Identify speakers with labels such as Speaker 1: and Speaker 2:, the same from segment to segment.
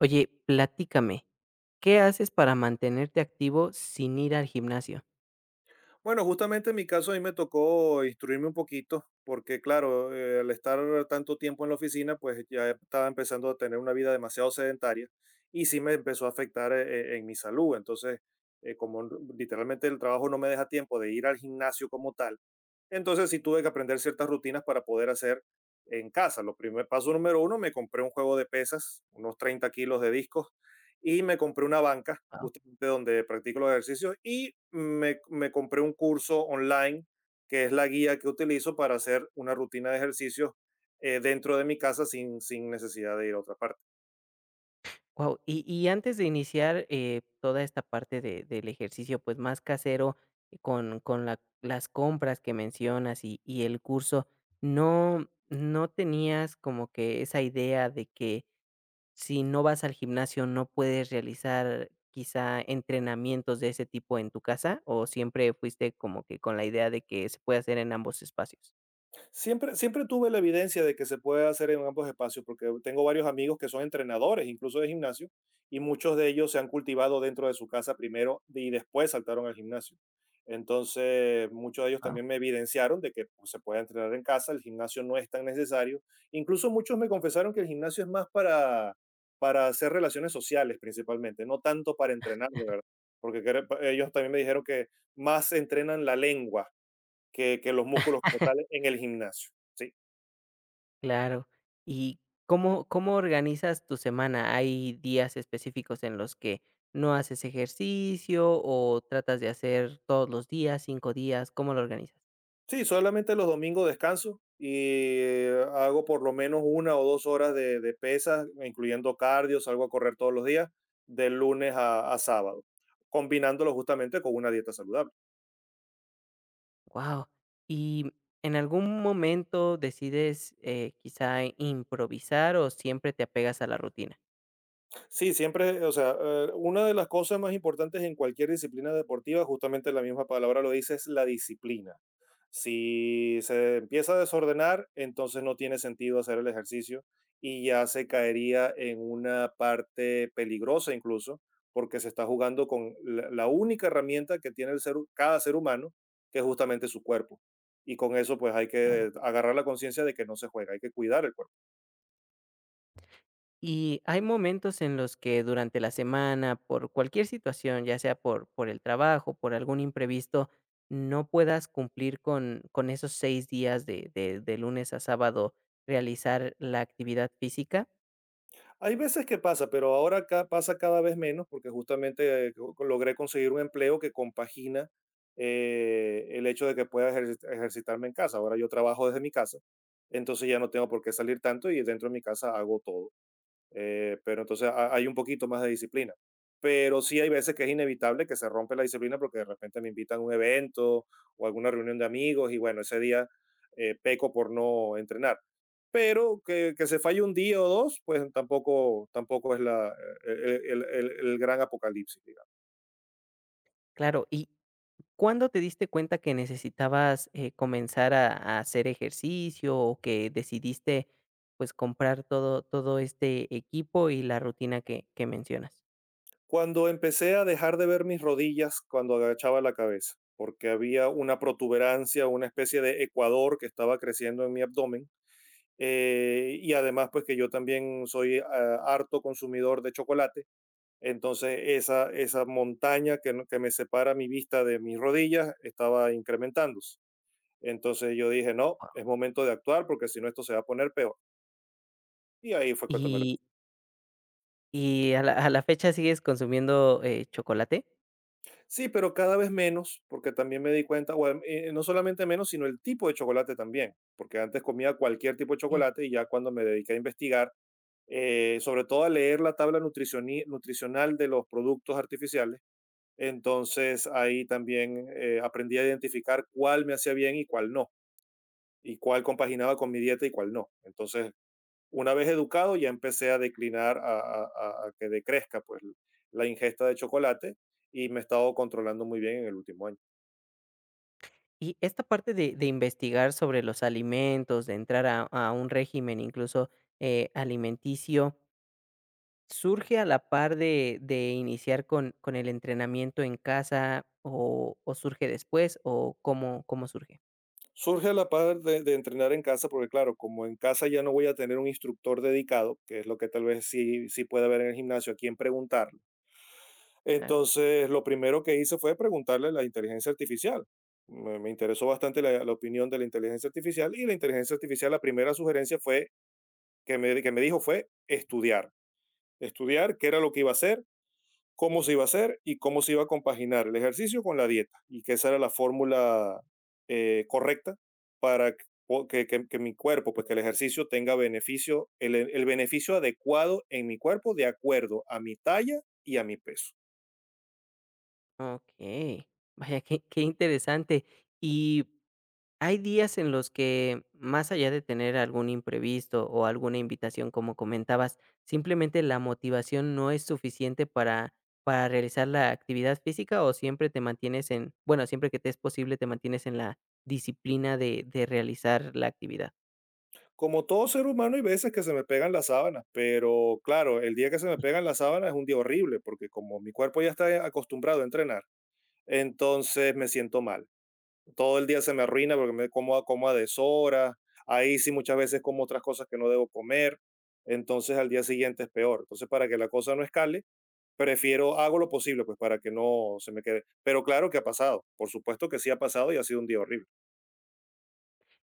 Speaker 1: Oye, platícame, ¿qué haces para mantenerte activo sin ir al gimnasio?
Speaker 2: Bueno, justamente en mi caso a mí me tocó instruirme un poquito, porque claro, al estar tanto tiempo en la oficina, pues ya estaba empezando a tener una vida demasiado sedentaria y sí me empezó a afectar en mi salud. Entonces, como literalmente el trabajo no me deja tiempo de ir al gimnasio como tal, entonces sí tuve que aprender ciertas rutinas para poder hacer en casa. Lo primer paso número uno, me compré un juego de pesas, unos 30 kilos de discos, y me compré una banca, justamente donde practico los ejercicios, y me compré un curso online, que es la guía que utilizo para hacer una rutina de ejercicios dentro de mi casa sin necesidad de ir a otra parte.
Speaker 1: Wow. Y antes de iniciar, toda esta parte de del ejercicio, pues, más casero, con la las compras que mencionas y el curso, ¿no tenías como que esa idea de que si no vas al gimnasio no puedes realizar quizá entrenamientos de ese tipo en tu casa, o siempre fuiste como que con la idea de que se puede hacer en ambos espacios?
Speaker 2: Siempre, siempre tuve la evidencia de que se puede hacer en ambos espacios, porque tengo varios amigos que son entrenadores, incluso de gimnasio, y muchos de ellos se han cultivado dentro de su casa primero y después saltaron al gimnasio. Entonces, muchos de ellos también me evidenciaron de que pues, se puede entrenar en casa, el gimnasio no es tan necesario. Incluso muchos me confesaron que el gimnasio es más para hacer relaciones sociales principalmente, no tanto para entrenar, de verdad. Porque ellos también me dijeron que más entrenan la lengua que los músculos como tales en el gimnasio. Sí,
Speaker 1: Claro. ¿Y cómo organizas tu semana? ¿Hay días específicos en los que no haces ejercicio o tratas de hacer todos los días, 5 días? ¿Cómo lo organizas?
Speaker 2: sí solamente los domingos descanso y hago por lo menos 1 o 2 horas de pesas, incluyendo cardio, salgo a correr todos los días, de lunes a sábado, combinándolo justamente con una dieta saludable.
Speaker 1: Wow. ¿Y en algún momento decides, quizá improvisar o siempre te apegas a la rutina?
Speaker 2: Sí, siempre, o sea, una de las cosas más importantes en cualquier disciplina deportiva, justamente la misma palabra lo dice, es la disciplina. Si se empieza a desordenar, entonces no tiene sentido hacer el ejercicio y ya se caería en una parte peligrosa incluso, porque se está jugando con la única herramienta que tiene cada ser humano, que es justamente su cuerpo. Y con eso pues hay que agarrar la conciencia de que no se juega, hay que cuidar el cuerpo.
Speaker 1: Y hay momentos en los que durante la semana, por cualquier situación, ya sea por el trabajo, por algún imprevisto, no puedas cumplir con esos seis días de lunes a sábado realizar la actividad física.
Speaker 2: Hay veces que pasa, pero ahora pasa cada vez menos porque justamente logré conseguir un empleo que compagina el hecho de que pueda ejercitarme en casa. Ahora yo trabajo desde mi casa, entonces ya no tengo por qué salir tanto y dentro de mi casa hago todo. Pero entonces hay un poquito más de disciplina. Pero sí hay veces que es inevitable que se rompe la disciplina porque de repente me invitan a un evento o alguna reunión de amigos y bueno, ese día peco por no entrenar. Pero que se falle un día o dos, pues tampoco, tampoco es la, el gran apocalipsis, digamos.
Speaker 1: Claro, ¿y cuándo te diste cuenta que necesitabas comenzar a hacer ejercicio o que decidiste pues comprar todo, todo este equipo y la rutina que mencionas?
Speaker 2: Cuando empecé a dejar de ver mis rodillas cuando agachaba la cabeza, porque había una protuberancia, una especie de ecuador que estaba creciendo en mi abdomen, y además pues que yo también soy harto consumidor de chocolate, entonces esa montaña que, no- que me separa mi vista de mis rodillas estaba incrementándose. Entonces yo dije, no, es momento de actuar porque si no esto se va a poner peor. Y ahí fue cuando me lo...
Speaker 1: Y a la fecha sigues consumiendo, chocolate.
Speaker 2: Sí, pero cada vez menos, porque también me di cuenta, bueno, no solamente menos, sino el tipo de chocolate también, porque antes comía cualquier tipo de
Speaker 1: Sí.
Speaker 2: chocolate y ya cuando me dediqué a investigar, sobre todo a leer la tabla nutricional de los productos artificiales. Entonces ahí también aprendí a identificar cuál me hacía bien y cuál no, y cuál compaginaba con mi dieta y cuál no. Entonces, una vez educado, ya empecé a declinar a que decrezca pues, la ingesta de chocolate y me he estado controlando muy bien en el último año.
Speaker 1: Y esta parte de investigar sobre los alimentos, de entrar a un régimen incluso, alimenticio, ¿surge a la par de iniciar con el entrenamiento en casa o surge después o cómo surge?
Speaker 2: Surge la par de entrenar en casa, porque claro, como en casa ya no voy a tener un instructor dedicado, que es lo que tal vez sí puede haber en el gimnasio, a quien preguntar.
Speaker 1: Claro.
Speaker 2: Entonces, lo primero que hice fue preguntarle a la inteligencia artificial. Me interesó bastante la opinión de la inteligencia artificial y la inteligencia artificial, la primera sugerencia fue que me dijo fue estudiar. Estudiar qué era lo que iba a hacer, cómo se iba a hacer y cómo se iba a compaginar el ejercicio con la dieta. Y que esa era la fórmula correcta para que mi cuerpo, pues que el ejercicio tenga beneficio, el beneficio adecuado en mi cuerpo de acuerdo a mi talla y a mi peso.
Speaker 1: Okey. Vaya, qué interesante. Y hay días en los que, más allá de tener algún imprevisto o alguna invitación, como comentabas, simplemente la motivación no es suficiente para realizar la actividad física o siempre te mantienes en, bueno, siempre que te es posible te mantienes en la disciplina de realizar la actividad.
Speaker 2: Como todo ser humano, hay veces que se me pegan las sábanas, pero claro, el día que se me pegan las sábanas es un día horrible, porque como mi cuerpo ya está acostumbrado a entrenar, entonces me siento mal. Todo el día se me arruina porque como a deshoras, ahí sí muchas veces como otras cosas que no debo comer, entonces al día siguiente es peor. Entonces, para que la cosa no escale, hago lo posible, pues para que no se me quede. Pero claro que ha pasado, por supuesto que sí ha pasado y ha sido un día horrible.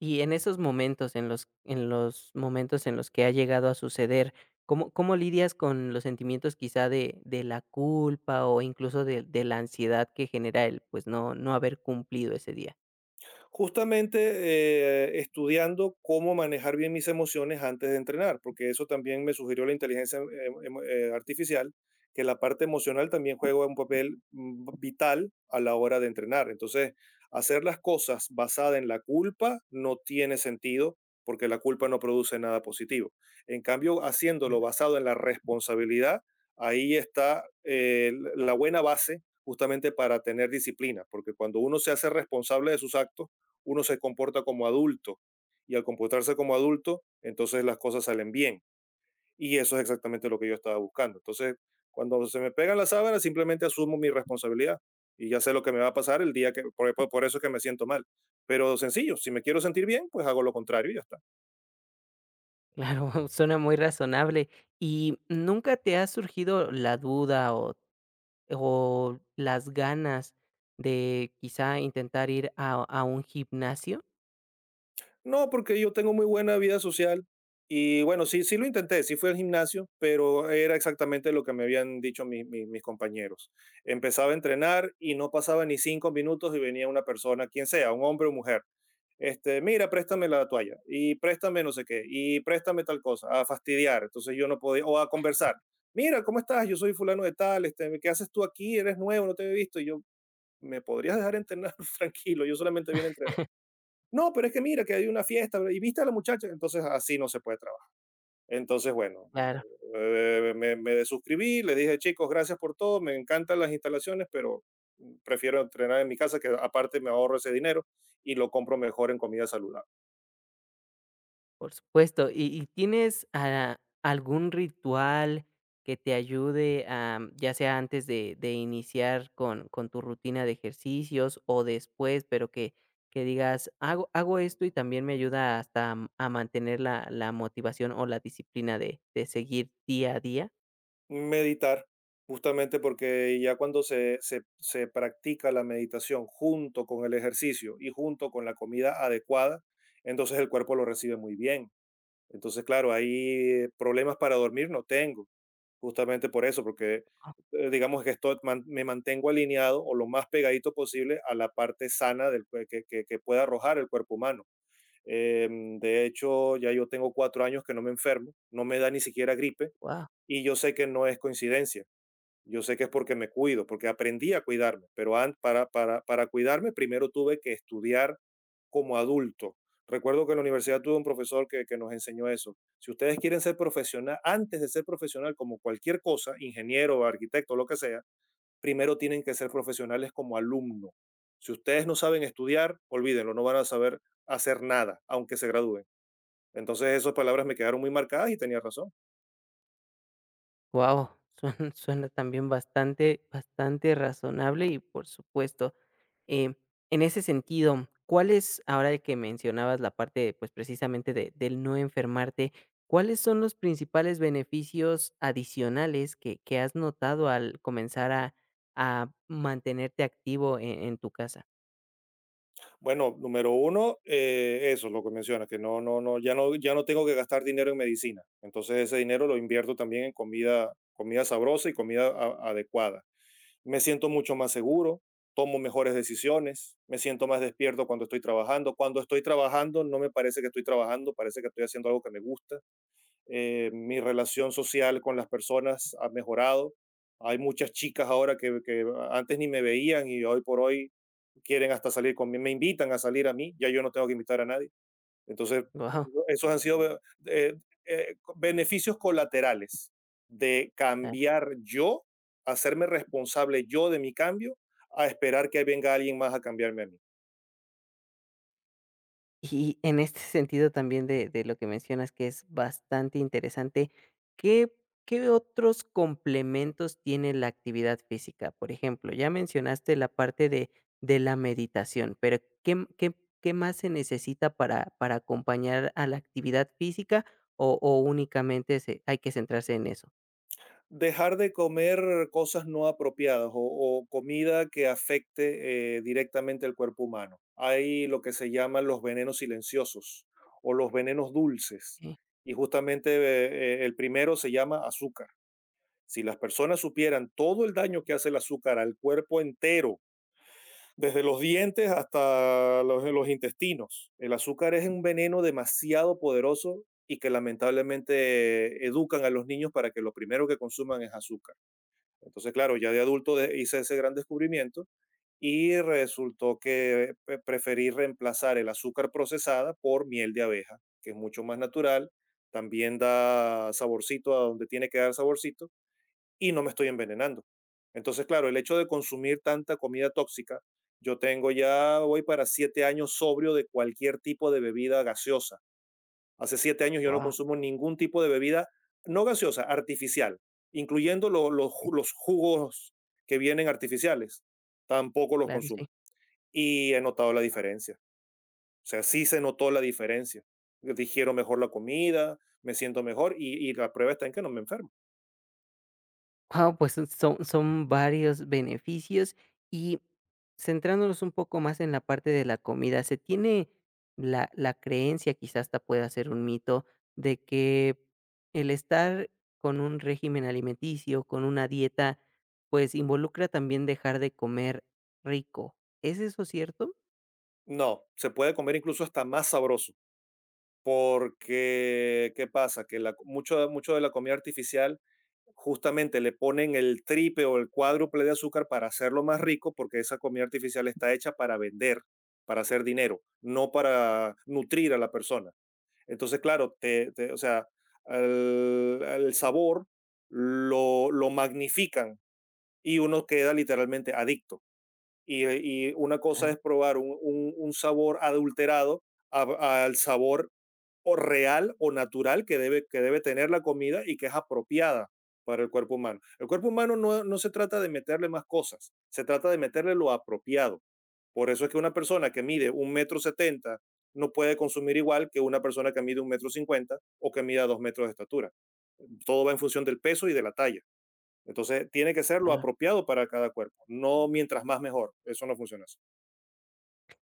Speaker 1: Y en esos momentos, en los momentos en los que ha llegado a suceder, cómo lidias con los sentimientos quizá de la culpa o incluso de la ansiedad que genera el, pues no haber cumplido ese día?
Speaker 2: Justamente estudiando cómo manejar bien mis emociones antes de entrenar, porque eso también me sugirió la inteligencia artificial, que la parte emocional también juega un papel vital a la hora de entrenar. Entonces, hacer las cosas basada en la culpa no tiene sentido porque la culpa no produce nada positivo. En cambio, haciéndolo basado en la responsabilidad, ahí está la buena base justamente para tener disciplina, porque cuando uno se hace responsable de sus actos, uno se comporta como adulto y al comportarse como adulto, entonces las cosas salen bien. Y eso es exactamente lo que yo estaba buscando. Entonces, cuando se me pegan las sábanas, simplemente asumo mi responsabilidad y ya sé lo que me va a pasar el día que, por eso es que me siento mal. Pero sencillo, si me quiero sentir bien, pues hago lo contrario y ya está.
Speaker 1: Claro, suena muy razonable. ¿Y nunca te ha surgido la duda o las ganas de quizá intentar ir a un gimnasio?
Speaker 2: No, porque yo tengo muy buena vida social y bueno, sí, sí lo intenté, sí fui al gimnasio, pero era exactamente lo que me habían dicho mis compañeros. Empezaba a entrenar y no pasaba ni 5 minutos y venía una persona, quien sea, un hombre o mujer. Este, mira, préstame la toalla y préstame no sé qué y préstame tal cosa, a fastidiar. Entonces yo no podía, o a conversar. Mira, ¿cómo estás? Yo soy fulano de tal, este, ¿qué haces tú aquí? Eres nuevo, no te he visto. Y yo, ¿me podrías dejar entrenar tranquilo? Yo solamente vine a entrenar. No, pero es que mira que hay una fiesta y viste a la muchacha, entonces así no se puede trabajar. Entonces, bueno,
Speaker 1: Claro.
Speaker 2: me desuscribí, le dije, chicos, gracias por todo, me encantan las instalaciones, pero prefiero entrenar en mi casa, que aparte me ahorro ese dinero y lo compro mejor en comida saludable.
Speaker 1: Por supuesto. Y tienes, algún ritual que te ayude a, ya sea antes de iniciar con tu rutina de ejercicios o después, pero que digas: "Hago esto y también me ayuda hasta a mantener la motivación o la disciplina de seguir día a día"?
Speaker 2: Meditar, justamente porque ya cuando se practica la meditación junto con el ejercicio y junto con la comida adecuada, entonces el cuerpo lo recibe muy bien. Entonces, claro, ahí problemas para dormir no tengo. Justamente por eso, porque digamos que me mantengo alineado o lo más pegadito posible a la parte sana del, cue- que pueda arrojar el cuerpo humano. De hecho, ya yo tengo 4 años que no me enfermo, no me da ni siquiera gripe y yo sé que no es coincidencia. Yo sé que es porque me cuido, porque aprendí a cuidarme, pero para cuidarme primero tuve que estudiar como adulto. Recuerdo que en la universidad tuve un profesor que nos enseñó eso. Si ustedes quieren ser profesional, antes de ser profesional como cualquier cosa, ingeniero, arquitecto, lo que sea, primero tienen que ser profesionales como alumno. Si ustedes no saben estudiar, olvídenlo, no van a saber hacer nada, aunque se gradúen. Entonces esas palabras me quedaron muy marcadas y tenía razón.
Speaker 1: Wow, suena suena también bastante razonable y, por supuesto, em, en ese sentido, ¿cuáles? Ahora que mencionabas la parte, pues, precisamente de del no enfermarte, ¿cuáles son los principales beneficios adicionales que has notado al comenzar a mantenerte activo en tu casa?
Speaker 2: Bueno, número uno, eso, es lo que mencionas, que no, no, no, ya no, ya no tengo que gastar dinero en medicina. Entonces ese dinero lo invierto también en comida, comida sabrosa y comida adecuada. Me siento mucho más seguro, tomo mejores decisiones, me siento más despierto cuando estoy trabajando. Cuando estoy trabajando, no me parece que estoy trabajando, parece que estoy haciendo algo que me gusta. Mi relación social con las personas ha mejorado. Hay muchas chicas ahora que antes ni me veían y hoy por hoy quieren hasta salir conmigo, me invitan a salir a mí, ya yo no tengo que invitar a nadie. Entonces,
Speaker 1: Wow.
Speaker 2: esos han sido eh, beneficios colaterales de cambiar yo, hacerme responsable yo de mi cambio, a esperar que venga alguien más a cambiarme a mí.
Speaker 1: Y en este sentido también de lo que mencionas, que es bastante interesante, ¿qué otros complementos tiene la actividad física? Por ejemplo, ya mencionaste la parte de la meditación, pero, ¿qué más se necesita para acompañar a la actividad física o únicamente se hay que centrarse en eso?
Speaker 2: Dejar de comer cosas no apropiadas o comida que afecte directamente al cuerpo humano. Hay lo que se llaman los venenos silenciosos o los venenos dulces.
Speaker 1: Wow.
Speaker 2: Y justamente el primero se llama azúcar. Si las personas supieran todo el daño que hace el azúcar al cuerpo entero, desde los dientes hasta los intestinos, el azúcar es un veneno demasiado poderoso y que lamentablemente educan a los niños para que lo primero que consuman es azúcar. Entonces, claro, ya de adulto hice ese gran descubrimiento y resultó que preferí reemplazar el azúcar procesada por miel de abeja, que es mucho más natural, también da saborcito a donde tiene que dar saborcito y no me estoy envenenando. Entonces, claro, el hecho de consumir tanta comida tóxica, yo tengo ya, voy para 7 años sobrio de cualquier tipo de bebida gaseosa. Hace 7 años yo no consumo ningún tipo de bebida no gaseosa, artificial, incluyendo los jugos que vienen artificiales. Tampoco los
Speaker 1: Claro,
Speaker 2: consumo.
Speaker 1: sí.
Speaker 2: Y he notado la diferencia. O sea, sí se notó la diferencia. Digiero mejor la comida, me siento mejor y la prueba está en que no me enfermo.
Speaker 1: Guau, pues son son varios beneficios y centrándonos un poco más en la parte de la comida, se tiene la creencia, quizás hasta pueda ser un mito, de que el estar con un régimen alimenticio, con una dieta, pues involucra también dejar de comer rico, ¿es eso cierto?
Speaker 2: No, se puede comer incluso hasta más sabroso. Porque, ¿qué pasa? Que la mucho mucho de la comida artificial, justamente le ponen el triple o el cuádruple de azúcar para hacerlo más rico, porque esa comida artificial está hecha para vender, para hacer dinero, no para nutrir a la persona. Entonces, claro, te te o sea, el sabor lo magnifican y uno queda literalmente adicto. Y, y una cosa
Speaker 1: Ah,
Speaker 2: es probar un sabor adulterado al sabor o real o natural que debe tener la comida y que es apropiada para el cuerpo humano. El cuerpo humano no, no se trata de meterle más cosas, se trata de meterle lo apropiado. Por eso es que una persona que mide un metro setenta no puede consumir igual que una persona que mide un metro cincuenta o que mida 2 metros de estatura. Todo va en función del peso y de la talla. Entonces tiene que ser lo
Speaker 1: ah.
Speaker 2: apropiado para cada cuerpo, no mientras más mejor. Eso no funciona así.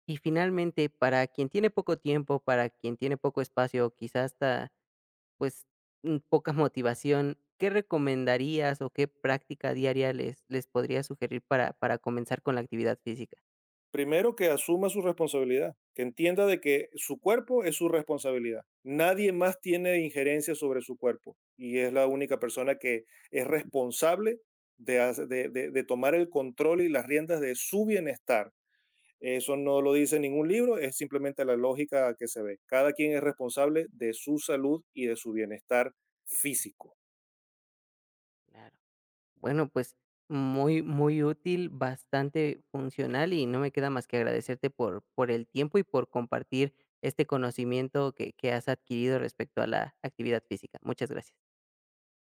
Speaker 1: Y finalmente, para quien tiene poco tiempo, para quien tiene poco espacio, quizás hasta pues, poca motivación, ¿qué recomendarías o qué práctica diaria les podría sugerir para comenzar con la actividad física?
Speaker 2: Primero que asuma su responsabilidad, que entienda de que su cuerpo es su responsabilidad. Nadie más tiene injerencia sobre su cuerpo y es la única persona que es responsable de, hace- de tomar el control y las riendas de su bienestar. Eso no lo dice ningún libro, es simplemente la lógica que se ve. Cada quien es responsable de su salud y de su bienestar físico.
Speaker 1: Claro. Bueno, pues, muy útil, bastante funcional y no me queda más que agradecerte por el tiempo y por compartir este conocimiento que has adquirido respecto a la actividad física. Muchas gracias.